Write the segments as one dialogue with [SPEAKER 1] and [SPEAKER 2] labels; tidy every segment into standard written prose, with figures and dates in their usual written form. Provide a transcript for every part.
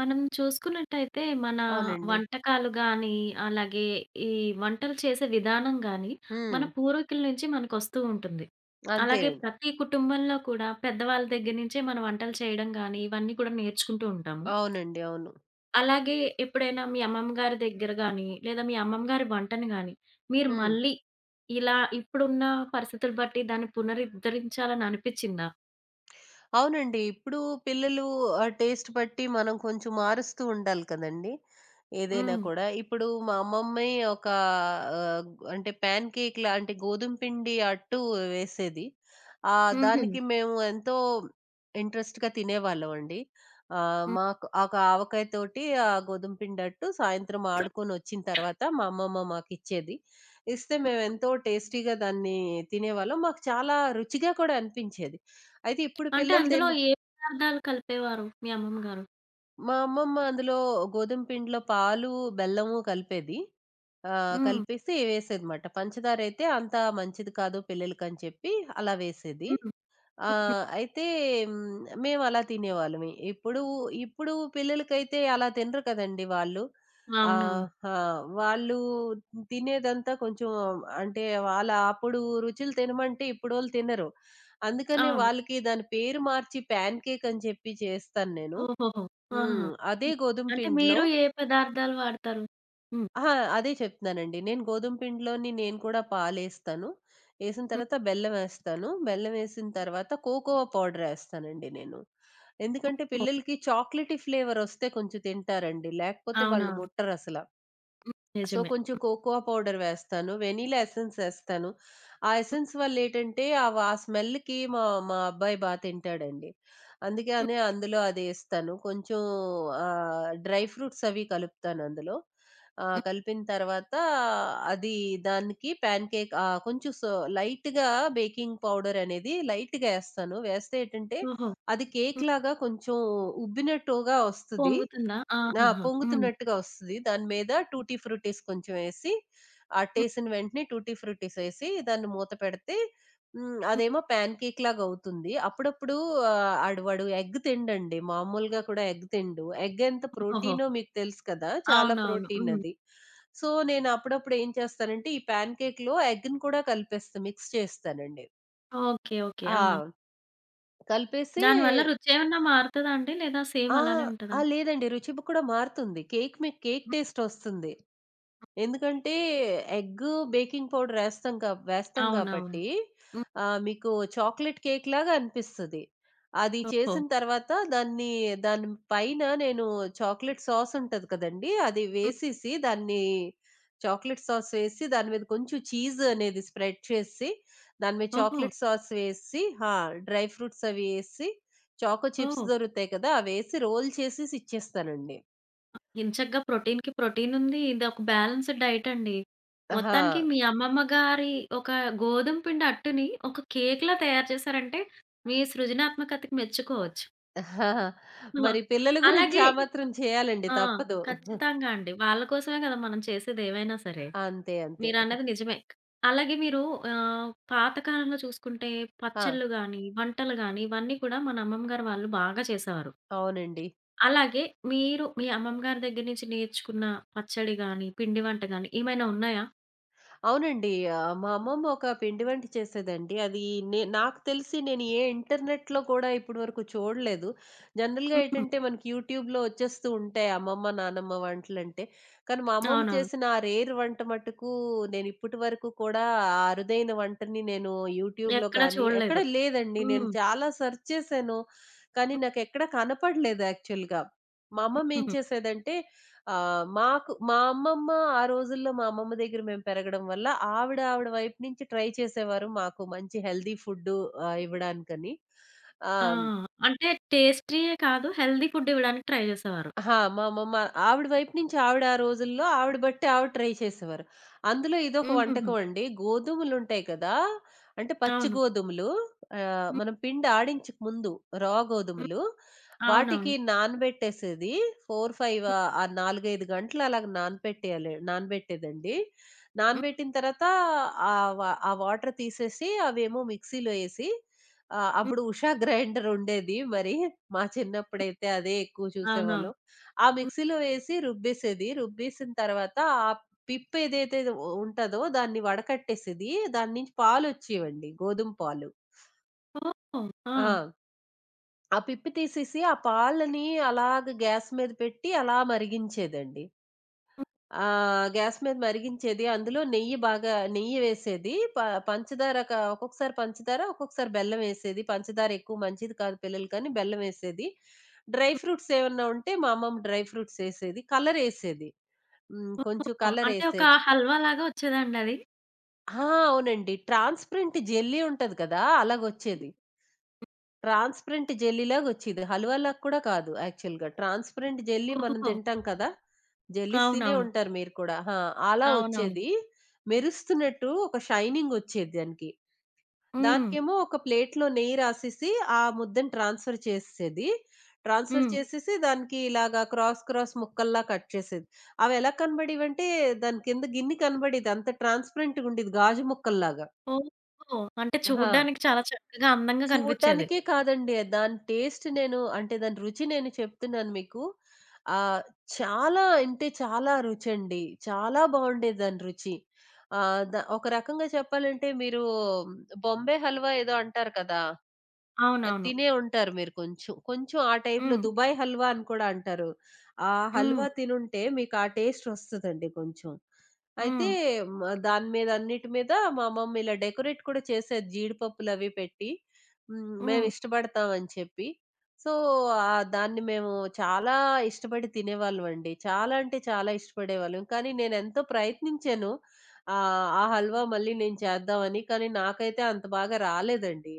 [SPEAKER 1] మనం చూసుకున్నట్టయితే మన
[SPEAKER 2] అవునండి.
[SPEAKER 1] వంటకాలు గాని, అలాగే ఈ వంటలు చేసే విధానం గాని,
[SPEAKER 2] హ్మ్.
[SPEAKER 1] మన పూర్వీకుల నుంచి మనకొస్తూ ఉంటుంది.
[SPEAKER 2] అంతే.
[SPEAKER 1] అలాగే ప్రతి కుటుంబంలో కూడా పెద్దవాళ్ళ దగ్గర నుంచే మన వంటలు చేయడం గాని, ఇవన్నీ కూడా నేర్చుకుంటూ ఉంటాము.
[SPEAKER 2] అవునండి. అవును.
[SPEAKER 1] అలాగే ఎప్పుడైనా మీ అమ్మమ్మ గారి దగ్గర గాని, లేదా మీ అమ్మమ్మ గారి వంటను గాని, మీరు
[SPEAKER 2] హ్మ్.
[SPEAKER 1] మళ్ళీ ఇలా ఇప్పుడున్న పరిస్థితులు బట్టి దాన్ని పునరుద్ధరించాలని అనిపిచ్చిందా?
[SPEAKER 2] అవునండి. ఇప్పుడు పిల్లలు టేస్ట్ బట్టి మనం కొంచెం మారుస్తూ ఉండాలి కదండీ! ఏదైనా
[SPEAKER 1] హ్మ్.
[SPEAKER 2] కూడా. ఇప్పుడు మా అమ్మమ్మే ఒక అంటే ప్యాన్ కేక్ లాంటి గోధుమ పిండి అట్టు వేసేది.
[SPEAKER 1] హుహు.
[SPEAKER 2] దానికి మేము ఎంతో ఇంట్రెస్ట్‌గా తినేవాళ్ళమండి.
[SPEAKER 1] హ్మ్.
[SPEAKER 2] మాకు ఆ ఒక ఆవకాయ తోటి ఆ గోధుమ పిండి అట్టు సాయంత్రం ఆడుకొనొచ్చిన తర్వాత మా అమ్మమ్మ మాకిచ్చేది. ఇస్తే మేమెంతో టేస్టీగా దాన్ని తినేవాళ్ళం. మాకు చాలా రుచిగా కూడా అనిపించేది. అయితే ఇప్పుడు
[SPEAKER 1] అంటే
[SPEAKER 2] పిల్లలు తిన
[SPEAKER 1] అందులో ఏ పదార్థాలు కలిపేవారు మీ అమ్మమ్మ గారు?
[SPEAKER 2] మా అమ్మమ్మ అందులో గోధుమ పిండిలో పాలు, బెల్లము కలిపేది.
[SPEAKER 1] హ్మ్.
[SPEAKER 2] కలిపేసి వేసేదిమాట. పంచదార అయితే అంత మంచిది కాదు పిల్లలకని చెప్పి అలా వేసేది.
[SPEAKER 1] హ్మ్.
[SPEAKER 2] ఆ!
[SPEAKER 1] హ్మ్.
[SPEAKER 2] అయితే హ్మ్. మేమలా తినేవాళ్ళమే. ఇప్పుడు ఇప్పుడు పిల్లలకైతే అలా తినరు కదండీ వాళ్ళు. ఆహ్,
[SPEAKER 1] అవునవును.
[SPEAKER 2] ఆ! వాళ్ళు తినేదంతా కొంచెం అంటే వాళ్ళ అప్పుడు రుచులు తినమంటే ఇప్పుడోళ్ళు తినరు. అందుకనే
[SPEAKER 1] అవును.
[SPEAKER 2] వాళ్ళకి దాని పేరు మార్చి ప్యాన్ కేక్ అని చెప్పి చేస్తాను నేను.
[SPEAKER 1] ఓహోహో! ఆహా!
[SPEAKER 2] హ్మ్. అదే
[SPEAKER 1] హ్మ్.
[SPEAKER 2] గోధుమ
[SPEAKER 1] అంటే
[SPEAKER 2] పిండిలో
[SPEAKER 1] మీరు ఏ పదార్థాలు వాడతారు? హ్మ్.
[SPEAKER 2] అహా! అదే చెప్తున్నానండి. నేను గోధుమ పిండిలోని నేను కూడా పాలేస్తాను. ఏసిన తర్వాత బెల్లమేస్తాను. బెల్లమేసిన తర్వాత కోకోవా పౌడరేస్తానండి నేను. ఎందుకంటే
[SPEAKER 1] ఓహో!
[SPEAKER 2] పిల్లలకి చాక్లేటీ ఫ్లేవరొస్తే కొంచెం తింటారండి. లేకపోతే వాళ్ళు
[SPEAKER 1] అవునవును.
[SPEAKER 2] ముట్టరసల.
[SPEAKER 1] హ్మ్.
[SPEAKER 2] సో,
[SPEAKER 1] నిజమే.
[SPEAKER 2] కొంచెం కోకోా పౌడర్ వేస్తాను. వెనీలా ఎసెన్స్ ఎస్తాను. ఆ ఎసెన్స్ వల్లేటంటే, ఆవ ఆ స్మెల్‌కి మా మా అబ్బాయి బా తింటాడండి. అందుకే
[SPEAKER 1] హ్మ్.
[SPEAKER 2] అనే అందులో అదేస్తాను. కొంచెం డ్రై ఫ్రూట్స్ అవి కలుపుతాను అందులో.
[SPEAKER 1] హ్మ్.
[SPEAKER 2] కలిపిన తర్వాత అది దానికి ప్యాన్ కేక్ కొంచెం సో లైట్‌గా బేకింగ్ పౌడర్ అనేది లైట్‌గా ఎస్తాను. వేస్తే ఏంటంటే,
[SPEAKER 1] ఓహో!
[SPEAKER 2] అది
[SPEAKER 1] హ్మ్.
[SPEAKER 2] కేక్‌లాగా కొంచెం ఉబ్బినట్టుగా వస్తది.
[SPEAKER 1] పొంగుతుందా?
[SPEAKER 2] ఆ!
[SPEAKER 1] ఆహాహా! హ్మ్.
[SPEAKER 2] పొంగుతున్నట్టుగా వస్తది. దాని మీద
[SPEAKER 1] హ్మ్.
[SPEAKER 2] టూటీ ఫ్రూటీస్ కొంచెం ఏసి,
[SPEAKER 1] హ్మ్.
[SPEAKER 2] అట్టేసిన వెంటనే టూటీ ఫ్రూటీస్ ఏసి, దాన్ని మూత పెడితే హ్మ్.
[SPEAKER 1] హ్మ్.
[SPEAKER 2] అదేమో ప్యాన్ కేక్ లాగవుతుంది. అప్పుడప్పుడు ఆడు వాడు ఎగ్ తినడండి. మామూలుగా కూడా ఎగ్ తినడు. ఎగ్ ఎంత
[SPEAKER 1] ఓహోహో!
[SPEAKER 2] ప్రోటీనో మీకు తెలుసు కదా! చాలా
[SPEAKER 1] అవునవును.
[SPEAKER 2] ప్రోటీన్
[SPEAKER 1] హ్మ్.
[SPEAKER 2] అది. సో, నేను అప్పుడప్పుడు ఏం చేస్తానంటే, ఈ ప్యాన్ కేక్‌లో ఎగ్‌ని కూడా కలిపేస్తా. మిక్స్ చేస్తానండి.
[SPEAKER 1] ఓకే. ఓకే.
[SPEAKER 2] ఆ!
[SPEAKER 1] ఆ!
[SPEAKER 2] కలిపేసి
[SPEAKER 1] దానివల్ల రుచేమన్నా మారుతదా అండి? లేదా సేమ్
[SPEAKER 2] ఆ!
[SPEAKER 1] అలానే
[SPEAKER 2] ఆ!
[SPEAKER 1] ఉంటదా?
[SPEAKER 2] లేదండి. రుచి కూడా మారుతుంది. కేక్ మీకు కేక్
[SPEAKER 1] హ్మ్.
[SPEAKER 2] టేస్ట్ వస్తుంది. ఎందుకంటే ఎగ్ బేకింగ్ పౌడర్ ఏస్తాం కా వేస్తాం
[SPEAKER 1] అవునవును.
[SPEAKER 2] కాబట్టి
[SPEAKER 1] హ్మ్.
[SPEAKER 2] మీకు చాక్లెట్ కేక్ లాగా అనిపిస్తది. అది
[SPEAKER 1] ఓహో!
[SPEAKER 2] చేసిన తర్వాత దాన్ని దాని పైన నేను చాక్లెట్ సాస్ ఉంటది కదండీ! అది
[SPEAKER 1] హ్మ్.
[SPEAKER 2] వేసేసి దాన్ని చాక్లెట్ సాస్ వేసి దాని మీద కొంచెం చీజ్ అనేది స్ప్రెడ్ చేసి, దాని మీద
[SPEAKER 1] ఓహో!
[SPEAKER 2] చాక్లెట్ సాస్ వేసి ఆ! డ్రై ఫ్రూట్స్ అవి ఏసి, చాకో చిప్స్
[SPEAKER 1] ఓహ్!
[SPEAKER 2] దొరుకుతాయి కదా! అవేసి రోల్ చేసేసి ఇచ్చేస్తానండి.
[SPEAKER 1] ఎంచక్కా ప్రోటీన్‌కి ప్రోటీన్ ఉంది. ఇదొక బ్యాలెన్స్‌డ్ డైట్ అండి.
[SPEAKER 2] ఆహా!
[SPEAKER 1] మొత్తానికి మీ అమ్మమ్మ గారి ఒక గోధుమ పిండి అట్టుని ఒక కేక్‌లా తయారు చేశారంటే, మీ సృజనాత్మకతకి మెచ్చుకోవచ్చు.
[SPEAKER 2] ఆహా! మరి పిల్లల గురించి
[SPEAKER 1] అలాగే
[SPEAKER 2] ఆ మాత్రం చేయాలండి
[SPEAKER 1] ఆ!
[SPEAKER 2] తప్పదు.
[SPEAKER 1] ఖచ్చితంగా అండి. వాళ్ళ కోసమే కదా మనం చేసేది ఏవైనా సరే.
[SPEAKER 2] అంతే. అంతే.
[SPEAKER 1] మీరన్నది నిజమే. అలాగే మీరు పాతకాలంలో చూసుకుంటే
[SPEAKER 2] ఆ!
[SPEAKER 1] పచ్చళ్ళు గాని, వంటలు గాని ఇవన్నీ కూడా మన అమ్మమ్మ గారు వాళ్ళు బాగా చేసేవారు.
[SPEAKER 2] అవునండి.
[SPEAKER 1] అలాగే మీరు మీ అమ్మమ్మ గారి దగ్గర నుంచి నేర్చుకున్న పచ్చడి గాని, పిండి వంట గాని ఏమైనా ఉన్నాయా?
[SPEAKER 2] అవునండి. మా అమ్మమ్మ ఒక పిండి వంట చేసేదండి. అది నే నాకు తెలిసి నేను ఏ ఇంటర్నెట్‌లో కూడా ఇప్పటి వరకు చూడలేదు. జనరల్‌గా
[SPEAKER 1] హ్మ్.
[SPEAKER 2] ఏంటంటే మనకి యూట్యూబ్‌లో వచ్చేస్తూ ఉంటాయి అమ్మమ్మ, నానమ్మ వంటలంటే. కానీ మా అమ్మమ్మ
[SPEAKER 1] అవునవును.
[SPEAKER 2] చేసిన ఆ రేర్ వంట మటుకు నేను ఇప్పటి వరకు కూడా ఆ అరుదైన వంటని నేను యూట్యూబ్‌లో
[SPEAKER 1] ఎక్కడా
[SPEAKER 2] కానీ ఎక్కడ
[SPEAKER 1] చూడలేదు.
[SPEAKER 2] లేదండి. నేను
[SPEAKER 1] హ్మ్.
[SPEAKER 2] చాలా సెర్చ్ చేశాను. కానీ నాకెక్కడ కనపడలేదు యాక్చువల్‌గా. మా అమ్మమ్మ ఏం
[SPEAKER 1] హుహు.
[SPEAKER 2] చేసేదంటే మాకు మా అమ్మమ్మ ఆ రోజుల్లో మా అమ్మమ్మ దగ్గర మేము పెరగడం వల్ల ఆవిడ వైపు నుంచి ట్రై చేసేవారు మాకు మంచి హెల్తీ ఫుడ్డు ఇవ్వడానికని.
[SPEAKER 1] ఆ!
[SPEAKER 2] ఆహ్,
[SPEAKER 1] అంటే టేస్టీయే కాదు హెల్తీ ఫుడ్ ఇవ్వడానికి ట్రై చేసేవారు.
[SPEAKER 2] అహా! మా అమ్మమ్మ ఆవిడ వైపు నుంచి ఆవిడ ఆ రోజుల్లో ఆవిడ బట్టి ఆవిడ ట్రై చేసేవారు. అందులో ఇదొక
[SPEAKER 1] హుహుహు.
[SPEAKER 2] వంటకం అండి. గోధుమలుంటాయి కదా! అంటే పచ్చి
[SPEAKER 1] అవును.
[SPEAKER 2] గోధుమలు
[SPEAKER 1] హ్మ్.
[SPEAKER 2] మనం పిండి ఆడించక ముందు రా
[SPEAKER 1] హ్మ్.
[SPEAKER 2] గోధుమలు వాటికి
[SPEAKER 1] అవునవును.
[SPEAKER 2] నానబెట్టేసేది 4, 5 ఆ 4, 5 గంటలు అలాగ నానపెట్టేయాలి నానబెట్టేదండి.
[SPEAKER 1] హ్మ్.
[SPEAKER 2] నానబెట్టిన తర్వాత ఆహ్, వ ఆ వాటర్ తీసేసి అవేమో మిక్సీలో ఏసి
[SPEAKER 1] హ్మ్.
[SPEAKER 2] అప్పుడు ఉషా గ్రైండర్ ఉండేది. మరి మా చిన్నప్పుడైతే అదే ఎక్కువ
[SPEAKER 1] అవునవును.
[SPEAKER 2] చూసేవాళ్ళం. ఆ
[SPEAKER 1] హ్మ్.
[SPEAKER 2] మిక్సీలో వేసి రుబ్బేసేది. రుబ్బేసిన తర్వాత ఆ పిప్పేదైతే ఉ ఉంటదో దాన్ని వడకట్టేసేది. దాని నుంచి పాలొచ్చేవండి. గోధుమ పాలు.
[SPEAKER 1] ఓహ్! ఆ!
[SPEAKER 2] ఆ! ఆ పిప్పి తీసేసి ఆ పాలని అలాగ గ్యాస్ మీద పెట్టి అలా మరిగించేదండి. గ్యాస్ మీద మరిగించేది. అందులో నెయ్యి బాగా నెయ్యి వేసేది. ప పంచదార క ఒక్కొక్కసారి పంచదార, ఒక్కొక్కసారి బెల్లం వేసేది. పంచదార ఎక్కువ మంచిది కాదు పిల్లలకని బెల్లం వేసేది. డ్రై ఫ్రూట్స్ ఏమన్నా ఉంటే మా అమ్మమ్మ డ్రై ఫ్రూట్స్ ఏసేది. కలరేసేది. హ్మ్. కొంచెం
[SPEAKER 1] ఓహ్! అంటే ఒక
[SPEAKER 2] కలరేసేది.
[SPEAKER 1] హల్వా లాగా వచ్చేదండి అది?
[SPEAKER 2] ఆ! అవునండి. ట్రాన్స్‌పరెంట్ జెల్లీ ఉంటది కదా! అలాగొచ్చేది. ట్రాన్స్‌పరెంట్ జెల్లీలాగొచ్చేది. హల్వాలాగా కూడా కాదు యాక్చువల్‌గా. ట్రాన్స్‌పరెంట్ జెల్లీ మనం
[SPEAKER 1] ఓహోహో!
[SPEAKER 2] తింటాం కదా! జెల్లీస్ తినే అవును.
[SPEAKER 1] అవునవును.
[SPEAKER 2] ఉంటారు మీరు కూడా. ఆ! అలా
[SPEAKER 1] అవునవును.
[SPEAKER 2] వచ్చేది. మెరుస్తున్నట్టు ఒక షైనింగొచ్చేది దానికి.
[SPEAKER 1] హ్మ్.
[SPEAKER 2] దానికేమో ఒక ప్లేట్‌లో నెయ్యి రాసేసి, ఆ ముద్దని ట్రాన్స్‌ఫర్ చేసేసేది. ట్రాన్స్‌ఫర్
[SPEAKER 1] హ్మ్.
[SPEAKER 2] చేసేసి, దానికి ఇలాగా క్రాస్ ముక్కల్లా కట్ చేసేది. అవెలా కనబడేవంటే, దాని కింద గిన్నె కనబడేది. అంత ట్రాన్స్‌పరెంట్‌గుండేది గాజు ముక్కల్లాగా.
[SPEAKER 1] ఓహో! అంటే
[SPEAKER 2] ఆ!
[SPEAKER 1] చూడ్డానికి చాలా చక్కగా అందంగా కనిపిచ్చేది.
[SPEAKER 2] చూడడానికే కాదండి. దాని టేస్ట్ నేను అంటే, దాని రుచి నేను చెప్తున్నాను మీకు. ఆహ్, చాలా అంటే చాలా రుచండి. చాలా బావుండేది దాని రుచి. ద ఒక రకంగా చెప్పాలంటే, మీరు బొంబే హల్వా ఏదో అంటారు కదా! అది
[SPEAKER 1] అవునవును.
[SPEAKER 2] తినే ఉంటారు మీరు కొంచెం. కొంచెం ఆ టైప్‌లో
[SPEAKER 1] హ్మ్.
[SPEAKER 2] 'దుబాయ్ హల్వా' అని కూడా అంటారు. ఆ
[SPEAKER 1] హ్మ్.
[SPEAKER 2] హల్వా తినుంటే మీకు ఆ టేస్ట్ వస్తదండి కొంచెం. అయితే
[SPEAKER 1] హ్మ్.
[SPEAKER 2] హ్మ్. మ దాని మీద అన్నిటి మీద మా అమ్మమ్మ ఇలా డెకరేట్ కూడా చేసేది జీడిపప్పులవి పెట్టి. హ్మ్. మేము హ్మ్.
[SPEAKER 1] హ్మ్.
[SPEAKER 2] ఇష్టపడతాం అని చెప్పి. సో, దాన్ని మేము చాలా ఇష్టపడి తినేవాళ్ళమండి. చాలా అంటే చాలా ఇష్టపడేవాళ్ళం. కానీ నేనెంతో ప్రయత్నించాను. ఆ హల్వా మళ్ళీ నేను చేద్దామని. కానీ నాకైతే అంత బాగా రాలేదండి.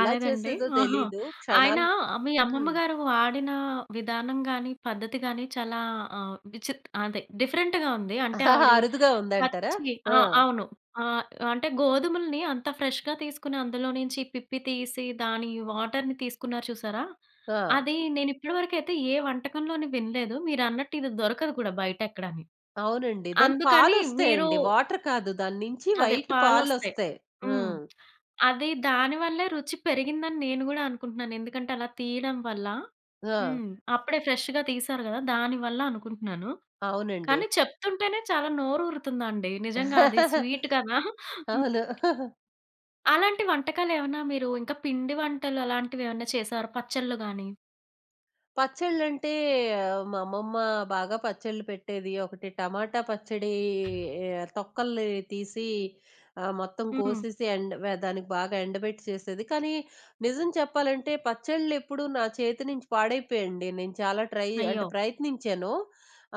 [SPEAKER 2] ఎలా చేసేదో
[SPEAKER 1] ఆహా!
[SPEAKER 2] తెలీదు.
[SPEAKER 1] ఆయన
[SPEAKER 2] క్షణాలు
[SPEAKER 1] మీ అమ్మమ్మ
[SPEAKER 2] హ్మ్.
[SPEAKER 1] గారు వాడిన విధానం గాని, పద్ధతి గాని చాలా అదే డిఫరెంట్‌గా ఉంది. అంటే ఆవిడ
[SPEAKER 2] అరుదుగా ఉందంటారా?
[SPEAKER 1] పచ్చి
[SPEAKER 2] ఆ!
[SPEAKER 1] ఆ! అవును. ఆహ్, అంటే గోధుమల్ని అంత ఫ్రెష్‌గా తీసుకుని అందులో నుంచి పిప్పి తీసి దాని వాటర్‌ని తీసుకున్నారు చూసారా?
[SPEAKER 2] ఆ!
[SPEAKER 1] అది నేను ఇప్పటి వరకైతే ఏ వంటకంలోని వినలేదు. మీరన్నట్టు ఇది దొరకదు కూడా బయట ఎక్కడని.
[SPEAKER 2] అవునండి. దాని
[SPEAKER 1] అందుకని మీరు
[SPEAKER 2] పాలొస్తాయండి. వాటర్ కాదు. దాని నుంచి
[SPEAKER 1] అదే
[SPEAKER 2] వైట్
[SPEAKER 1] పాలొస్తాయి.
[SPEAKER 2] పాలొస్తాయి. ఆ!
[SPEAKER 1] హ్మ్. అది దాని వల్లే రుచి పెరిగిందని నేను గూడా అనుకుంటున్నాను. ఎందుకంటే అలా తీయడం వల్ల
[SPEAKER 2] ఆ!
[SPEAKER 1] హ్మ్. అప్పుడే ఫ్రెష్‌గా తీశారు గదా! దానివల్ల అనుకుంటున్నాను.
[SPEAKER 2] అవునండి.
[SPEAKER 1] కానీ చెప్తుంటేనే చాలా నోరూరుతుందండి. నిజంగా అది స్వీట్ కదా! హ్మ్.
[SPEAKER 2] అవును.
[SPEAKER 1] అలాంటి వంటకాలేమన్నా మీరు ఇంకా పిండి వంటలు అలాంటివేమన్నా చేసారా? పచ్చళ్ళు గాని?
[SPEAKER 2] పచ్చళ్ళంటే మా అమ్మమ్మ బాగా పచ్చళ్ళు పెట్టేది. ఒకటి టమాటా పచ్చడి తొక్కల్ని తీసి మొత్తం
[SPEAKER 1] హ్మ్.
[SPEAKER 2] కోసేసి ఎండ వ దానికి బాగా ఎండబెట్టి చేసేది. కానీ నిజం చెప్పాలంటే పచ్చళ్ళెప్పుడు నా చేతి నుంచి పాడైపోయాయండి. నేను చాలా ట్రై
[SPEAKER 1] అయ్యో!
[SPEAKER 2] అంటే ప్రయత్నించాను.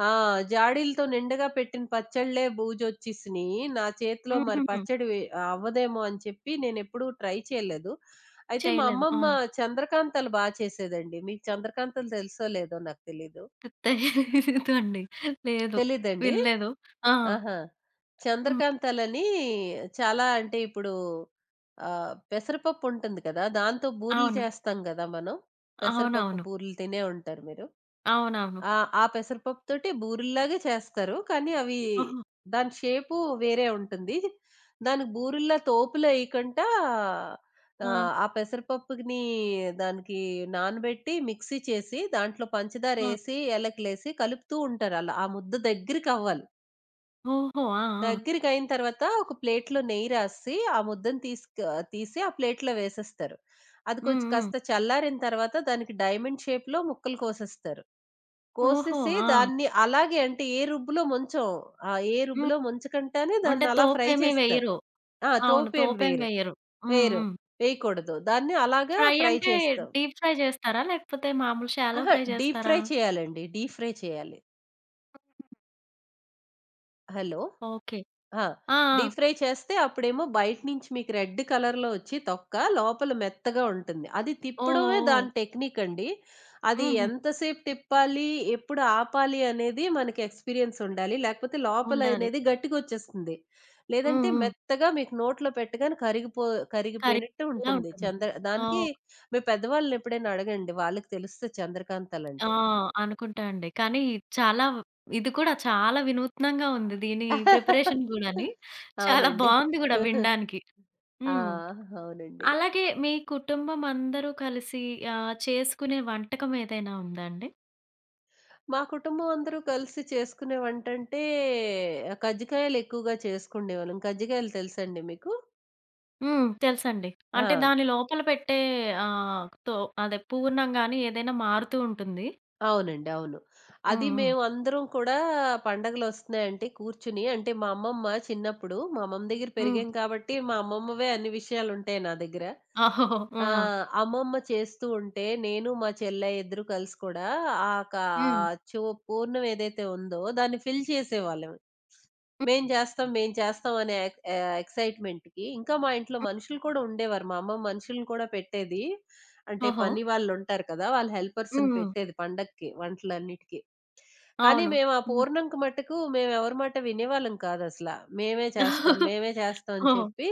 [SPEAKER 2] ఆ! జాడీలతో నిండుగా పెట్టిన పచ్చళ్ళే బూజొచ్చేసినియి. నా చేతిలో మరి
[SPEAKER 1] హుహుహు.
[SPEAKER 2] పచ్చడి వే- అవ్వదేమో అని చెప్పి నేనెప్పుడూ ట్రై చేయలేదు. అయితే మా
[SPEAKER 1] చేయలేదు. ఆ!
[SPEAKER 2] అమ్మమ్మ చంద్రకాంతలు బా చేసేదండి. మీకు చంద్రకాంతలు తెలుసో లేదో నాకు తెలీదు.
[SPEAKER 1] తెలీదండి. లేదు.
[SPEAKER 2] తెలీదండి?
[SPEAKER 1] వినలేదు. ఆ!
[SPEAKER 2] ఆహా!
[SPEAKER 1] హ్మ్.
[SPEAKER 2] చంద్రకాంతలని చాలా అంటే ఇప్పుడు పెసరపప్పు ఉంటుంది కదా! దాంతో బూరెలు
[SPEAKER 1] అవును.
[SPEAKER 2] చేస్తాం గదా మనం. పెసరపప్పు
[SPEAKER 1] అవునవును.
[SPEAKER 2] బూరెలు తినే ఉంటారు మీరు.
[SPEAKER 1] అవునవును.
[SPEAKER 2] ఆ! ఆ పెసరపప్పుతోటి బూరెల్లాగే చేస్తారు. కానీ అవి
[SPEAKER 1] ఓహో!
[SPEAKER 2] దాని షేపు వేరే ఉంటుంది. దానికి బూరెల్లా తోపులేయకుండా ఆహ్, ఆ
[SPEAKER 1] ఆ!
[SPEAKER 2] ఆ పెసరపప్పుని దానికి నానబెట్టి మిక్సీ చేసి దాంట్లో
[SPEAKER 1] ఆ!
[SPEAKER 2] పంచదారేసి, ఏలకులేసి కలుపుతూ ఉంటారు అలా. ఆ ముద్ద దగ్గరికవ్వాలి.
[SPEAKER 1] ఓహో! ఆ! ఆ!
[SPEAKER 2] దగ్గరికయిన తర్వాత ఒక ప్లేట్‌లో నెయ్యి రాసి ఆ ముద్దని తీసుక తీసి ఆ ప్లేట్‌లో వేసేస్తారు. అది కొంచెం
[SPEAKER 1] హ్మ్. హ్మ్.
[SPEAKER 2] కాస్త చల్లారిన తర్వాత దానికి డైమండ్ షేప్‌లో ముక్కలు కోసేస్తారు.
[SPEAKER 1] ఓహో!
[SPEAKER 2] కోసేసి
[SPEAKER 1] ఆ!
[SPEAKER 2] దాన్ని అలాగే అంటే ఏ రుబ్బులో ముంచం. ఆ! ఏ
[SPEAKER 1] హ్మ్.
[SPEAKER 2] రుబ్బులో ముంచకంటానే
[SPEAKER 1] అంటే
[SPEAKER 2] దాన్నలా ఫ్రై
[SPEAKER 1] తోపేమి
[SPEAKER 2] చేస్తారు.
[SPEAKER 1] వెయ్యరు.
[SPEAKER 2] ఆ!
[SPEAKER 1] అవును.
[SPEAKER 2] తోపేం
[SPEAKER 1] తోపేమి
[SPEAKER 2] వేరు.
[SPEAKER 1] వెయ్యరు. హ్మ్.
[SPEAKER 2] వేరు.
[SPEAKER 1] హ్మ్.
[SPEAKER 2] వేయకూడదు. దాన్ని అలాగా
[SPEAKER 1] ఫ్రై
[SPEAKER 2] ఫ్రై
[SPEAKER 1] అంటే
[SPEAKER 2] చేస్తాం.
[SPEAKER 1] డీప్ ఫ్రై చేస్తారా? లేకపోతే మామూలు షాలో
[SPEAKER 2] అహా!
[SPEAKER 1] ఫ్రై
[SPEAKER 2] డీప్
[SPEAKER 1] చేస్తారా?
[SPEAKER 2] ఫ్రై చేయాలండి. డీప్ ఫ్రై చేయాలి. హలో!
[SPEAKER 1] ఓకే.
[SPEAKER 2] ఆ!
[SPEAKER 1] ఆ! ఆ!
[SPEAKER 2] డీప్ ఫ్రై చేస్తే అప్పుడేమో బయట నుంచి మీకు రెడ్ కలర్‌లో వచ్చి తొక్క, లోపల మెత్తగా ఉంటుంది. అది
[SPEAKER 1] ఓహ్!
[SPEAKER 2] తిప్పడమే
[SPEAKER 1] ఓహ్!
[SPEAKER 2] దాని టెక్నిక్ అండి. అది
[SPEAKER 1] హుహు.
[SPEAKER 2] ఎంతసేపు తిప్పాలి, ఎప్పుడు ఆపాలి అనేది మనకి ఎక్స్‌పీరియన్స్ ఉండాలి. లేకపోతే లోపల
[SPEAKER 1] ఉండాలి.
[SPEAKER 2] అనేది గట్టిగొచ్చేస్తుంది.
[SPEAKER 1] హ్మ్.
[SPEAKER 2] లేదంటే
[SPEAKER 1] హ్మ్.
[SPEAKER 2] మెత్తగా మీకు నోట్లో పెట్టగానే కరిగిపో
[SPEAKER 1] కర్రీ
[SPEAKER 2] కరిగిపోయినట్టు
[SPEAKER 1] ఇలా
[SPEAKER 2] ఉంటుంది.
[SPEAKER 1] ఉంటుంది.
[SPEAKER 2] చంద్ర దానికి
[SPEAKER 1] ఓహ్!
[SPEAKER 2] మీ పెద్దవాళ్ళని ఎప్పుడైనా అడగండి. వాళ్ళకి తెలుస్తది
[SPEAKER 1] ఆ!
[SPEAKER 2] చంద్రకాంతాలంటే.
[SPEAKER 1] అనుకుంటా అండి. కానీ చాలా ఇది కూడా చాలా వినూత్నంగా ఉంది. దీని ప్రిపరేషన్ గూడాని. చాలా
[SPEAKER 2] అవునండి.
[SPEAKER 1] బావుంది గూడా వినడానికి.
[SPEAKER 2] ఆ!
[SPEAKER 1] హ్మ్.
[SPEAKER 2] అవునండి.
[SPEAKER 1] అలాగే మీ కుటుంబం అందరూ కలిసి చేసుకునే వంటకం ఏదైనా ఉందా అండి?
[SPEAKER 2] మా కుటుంబం అందరూ కలిసి చేసుకునే వంటంటే కజ్జికాయలు ఎక్కువగా చేసుకుండేవాళ్ళం. కజ్జికాయలు తెలుసండి మీకు?
[SPEAKER 1] హ్మ్. తెలుసండి. అంటే
[SPEAKER 2] ఆ!
[SPEAKER 1] దాని లోపల పెట్టే ఆహ్, తో అదే పూర్ణం గాని ఏదైనా మారుతూ ఉంటుంది.
[SPEAKER 2] అవునండి. అవును. అది
[SPEAKER 1] హ్మ్. హ్మ్.
[SPEAKER 2] మేమందరం కూడా పండగలొస్తున్నాయంటే కూర్చుని అంటే మా అమ్మమ్మ చిన్నప్పుడు మా అమ్మమ్మ దగ్గర
[SPEAKER 1] హ్మ్.
[SPEAKER 2] పెరిగాం కాబట్టి మా అమ్మమ్మవే అన్ని విషయాలుంటాయి నా దగ్గర.
[SPEAKER 1] ఓహో! ఆ!
[SPEAKER 2] ఆ! అమ్మమ్మ చేస్తూ ఉంటే, నేను మా చెల్ల ఇద్దరు కలిసి కూడా ఆహ్, కా ఆ
[SPEAKER 1] హ్మ్.
[SPEAKER 2] చో పూర్ణం ఏదైతే ఉందో దాన్ని ఫిల్ చేసేవాళ్ళం.
[SPEAKER 1] హ్మ్.
[SPEAKER 2] మేం చేస్తాం, మేం చేస్తాం అనే ఎక్ ఎక్సైట్‌మెంట్‌కి ఇంకా మా ఇంట్లో
[SPEAKER 1] హ్మ్.
[SPEAKER 2] మనుషులు కూడా ఉండేవారు. మా అమ్మమ్మ మనుషుల్ని కూడా పెట్టేది. అంటే
[SPEAKER 1] ఓహో!
[SPEAKER 2] పని వాళ్ళుంటారు కదా! వాళ్ళ
[SPEAKER 1] హ్మ్.
[SPEAKER 2] హెల్పర్స్‌ని
[SPEAKER 1] హ్మ్.
[SPEAKER 2] పెట్టేది పండక్కి వంటలన్నిటికి. కానీ
[SPEAKER 1] అవును.
[SPEAKER 2] మేము ఆ
[SPEAKER 1] హ్మ్.
[SPEAKER 2] పూర్ణంకి మట్టుకు మేమెవరి మాట వినేవాళ్ళం కాదసల. మేమే చేస్తాం, మేమే చేస్తాం అని
[SPEAKER 1] ఓహో!
[SPEAKER 2] చెప్పి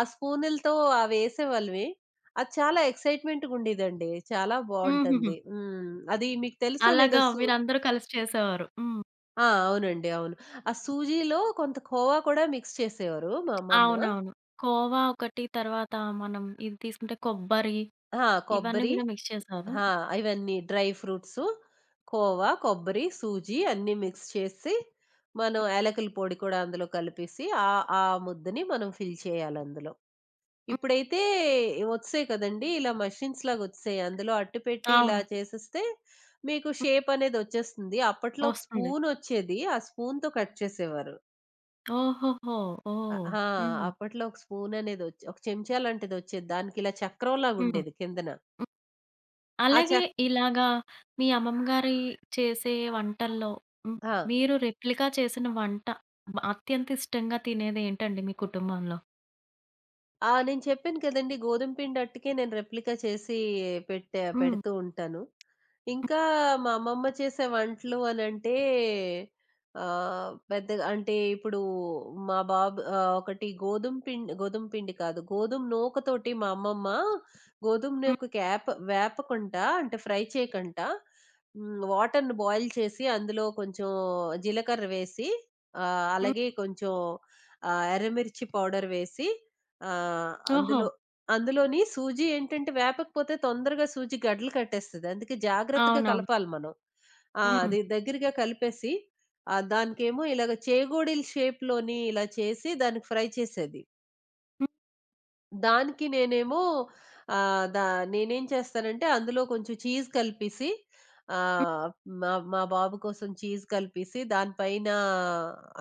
[SPEAKER 2] ఆ స్పూనులతో అవేసేవాళ్ళమి. అది చాలా ఎక్సైట్‌మెంట్‌గుండేదండి. చాలా
[SPEAKER 1] హుహుహు.
[SPEAKER 2] బావుంటుంది. హ్మ్. అది మీకు తెలుసో లేదో
[SPEAKER 1] అలాగా
[SPEAKER 2] సు
[SPEAKER 1] మీరందరూ కలిసి చేసేవారు. హ్మ్.
[SPEAKER 2] ఆ! అవునండి. అవును. ఆ సూజీలో కొంత కోవా కూడా మిక్స్ చేసేవారు మా అమ్మమ్మ.
[SPEAKER 1] అవునవును. కోవా ఒకటి తర్వాత మనం ఇది తీసుకుంటే కొబ్బరి
[SPEAKER 2] ఆ!
[SPEAKER 1] ఇవన్నీ
[SPEAKER 2] కొబ్బరి
[SPEAKER 1] గూడా మిక్స్ చేశారు.
[SPEAKER 2] ఆ! ఇవన్నీ డ్రై ఫ్రూట్సు, కోవా, కొబ్బరి, సూజీ అన్నీ మిక్స్ చేసి, మనం యాలకుల పొడి కూడా అందులో కలిపేసి ఆ ముద్దని మనం ఫిల్ చేయాలందులో.
[SPEAKER 1] హ్మ్.
[SPEAKER 2] ఇప్పుడైతే వచ్చేయి కదండీ! ఇలా మషిన్స్‌లాగొచ్చేసాయి. అందులో అట్టపెట్టి ఇలా
[SPEAKER 1] అవును.
[SPEAKER 2] చేసేస్తే మీకు షేప్ అనేదొచ్చేస్తుంది. అప్పట్లో ఒక
[SPEAKER 1] వస్తుంది.
[SPEAKER 2] స్పూనొచ్చేది. ఆ స్పూన్‌తో కట్ చేసేవారు.
[SPEAKER 1] ఓహోహో!
[SPEAKER 2] అ
[SPEAKER 1] ఓహ్!
[SPEAKER 2] ఆ!
[SPEAKER 1] హ్మ్.
[SPEAKER 2] అప్పట్లో ఒక స్పూననేదొచ్చి ఒక చెంచా లాంటిదొచ్చేది. దానికిలా
[SPEAKER 1] హ్మ్.
[SPEAKER 2] చక్రంలాగుండేది కిందన.
[SPEAKER 1] హ్మ్.
[SPEAKER 2] ఆ
[SPEAKER 1] అలాగే
[SPEAKER 2] చక్
[SPEAKER 1] ఇలాగా మీ అమ్మమ్మ గారి చేసే వంటల్లో హ్మ్,
[SPEAKER 2] ఆ!
[SPEAKER 1] మీరు రెప్లికా చేసిన వంట అత్యంత ఇష్టంగా తినేది ఏంటండి మీ కుటుంబంలో?
[SPEAKER 2] ఆ! నేను చెప్పాను కదండీ! గోధుమ పిండి అట్టుకే నేను రెప్లికా చేసి పెట్టా
[SPEAKER 1] హ్మ్.
[SPEAKER 2] పెడుతూ ఉంటాను. ఇంకా మా అమ్మమ్మ చేసే వంటలు అనంటే పెద్దగా అంటే ఇప్పుడు మా బాబు ఆహ్, ఒకటి గోధుమ పిండి గోధుమ పిండి కాదు. గోధుమ నూకతోటి మా అమ్మమ్మ గోధుమ
[SPEAKER 1] హ్మ్.
[SPEAKER 2] నూకకి యాప వేపకుండా అంటే ఫ్రై చేయకంట హ్మ్. వాటర్‌ని బాయిల్ చేసి అందులో కొంచెం జీలకర్ర వేసి
[SPEAKER 1] హ్మ్.
[SPEAKER 2] అలాగే కొంచెం ఎర్రమిర్చి పౌడర్ వేసి ఆహ్,
[SPEAKER 1] ఓహో!
[SPEAKER 2] అందులో అందులోని సూజీ ఏంటంటే వేపకపోతే తొందరగా సూజీ గడ్డలు కట్టేస్తది. అందుకే జాగ్రత్తగా
[SPEAKER 1] అవునవును.
[SPEAKER 2] కలపాలి మనం. ఆ!
[SPEAKER 1] హ్మ్.
[SPEAKER 2] అది దగ్గరగా కలిపేసి దానికేమో ఇలాగ చేగోడీల షేప్‌లోని ఇలా చేసి దానికి ఫ్రై చేసేది.
[SPEAKER 1] హ్మ్.
[SPEAKER 2] దానికి నేనేమో ఆహ్, దా నేనేం చేస్తానంటే అందులో కొంచెం చీజ్ కలిపేసి
[SPEAKER 1] హ్మ్.
[SPEAKER 2] ఆహ్, మా మా బాబు కోసం చీజ్ కలిపేసి దానిపైన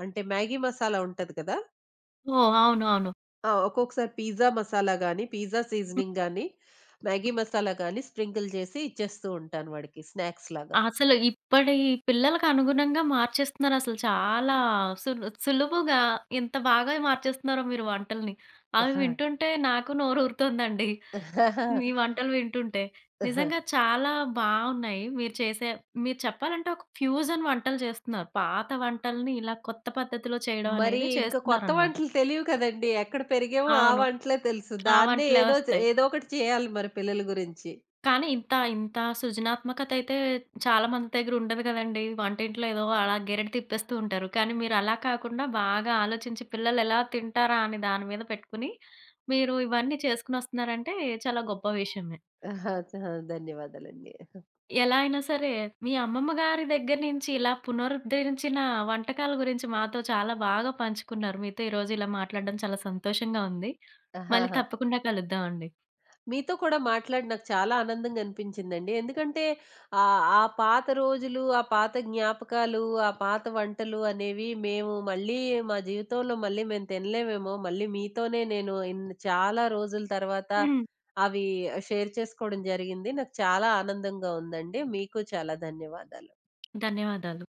[SPEAKER 2] అంటే మ్యాగీ మసాలా ఉంటది కదా!
[SPEAKER 1] ఓహ్! అవును. అవును.
[SPEAKER 2] ఆ! ఒక్కొక్కసారి పిజ్జా మసాలా గాని, పిజ్జా
[SPEAKER 1] హ్మ్.
[SPEAKER 2] సీజనింగ్ గాని, మ్యాగీ మసాలా గాని స్ప్రింకిల్ చేసి ఇచ్చేస్తూ ఉంటాను వాడికి స్నాక్స్ లాగా.
[SPEAKER 1] అసలు ఇప్పటి పిల్లలకు అనుగుణంగా మార్చేస్తున్నారసలు చాలా సులువుగా ఎంత బాగా మార్చేస్తున్నారో మీరు వంటల్ని. అవి వింటుంటే నాకు నోరూరుతుందండి.
[SPEAKER 2] ఆహా!
[SPEAKER 1] మీ వంటలు వింటుంటే. నిజంగా చాలా బావున్నాయి. మీరు చెప్పాలంటే ఒక ఫ్యూజన్ వంటలు చేస్తున్నారు. పాత వంటల్ని ఇలా కొత్త పద్ధతిలో చేయడం
[SPEAKER 2] మరి
[SPEAKER 1] అనేది
[SPEAKER 2] ఇంక కొత్త
[SPEAKER 1] చేస్తున్నారనమాట.
[SPEAKER 2] వంటలు తెలియవు కదండీ. ఎక్కడ పెరిగామో ఆ
[SPEAKER 1] అవును.
[SPEAKER 2] వంటలే తెలుసు.
[SPEAKER 1] ఆ
[SPEAKER 2] దాన్నే
[SPEAKER 1] వంటలే
[SPEAKER 2] ఏదో చే
[SPEAKER 1] వస్తాయి.
[SPEAKER 2] ఏదో ఒకటి చేయాలి మరి పిల్లల గురించి.
[SPEAKER 1] కానీ ఇంత, ఇంత సృజనాత్మకత అయితే చాలా మంది దగ్గర ఉండదు గదండీ. వంటింట్లో ఏదో అలా గెరిట తిప్పేస్తూ ఉంటారు. కానీ మీరు అలా కాకుండా బాగా ఆలోచించి పిల్లలు ఎలా తింటారా అని దాని మీద పెట్టుకుని, మీరు ఇవన్నీ చేసుకొనొస్తున్నారంటే చాలా గొప్ప విషయమే.
[SPEAKER 2] ఆహా! చా ధన్యవాదాలండి.
[SPEAKER 1] ఎలా అయినా సరే, మీ అమ్మమ్మ గారి దగ్గర నుంచి ఇలా పునరుద్ధరించిన వంటకాల గురించి మాతో చాలా బాగా పంచుకున్నారు. మీతో ఈరోజు ఇలా మాట్లాడడం చాలా సంతోషంగా ఉంది. మళ్ళీ
[SPEAKER 2] ఆహాహా!
[SPEAKER 1] తప్పకుండా కలుద్దామండి.
[SPEAKER 2] మీతో కూడా మాట్లాడి నాకు చాలా ఆనందంగా అనిపించిందండి. ఎందుకంటే ఆ పాత రోజులు, ఆ పాత జ్ఞాపకాలు, ఆ పాత వంటలు అనేవి మేము మళ్ళీ మా జీవితంలో మళ్ళీ మేము తినలేమేమో! మళ్ళీ మీతోనే నేను ఇన్ని చాలా రోజుల తర్వాత
[SPEAKER 1] హ్మ్.
[SPEAKER 2] అవి షేర్ చేసుకోవడం జరిగింది. నాకు చాలా ఆనందంగా ఉందండి. మీకు చాలా ధన్యవాదాలు.
[SPEAKER 1] ధన్యవాదాలు.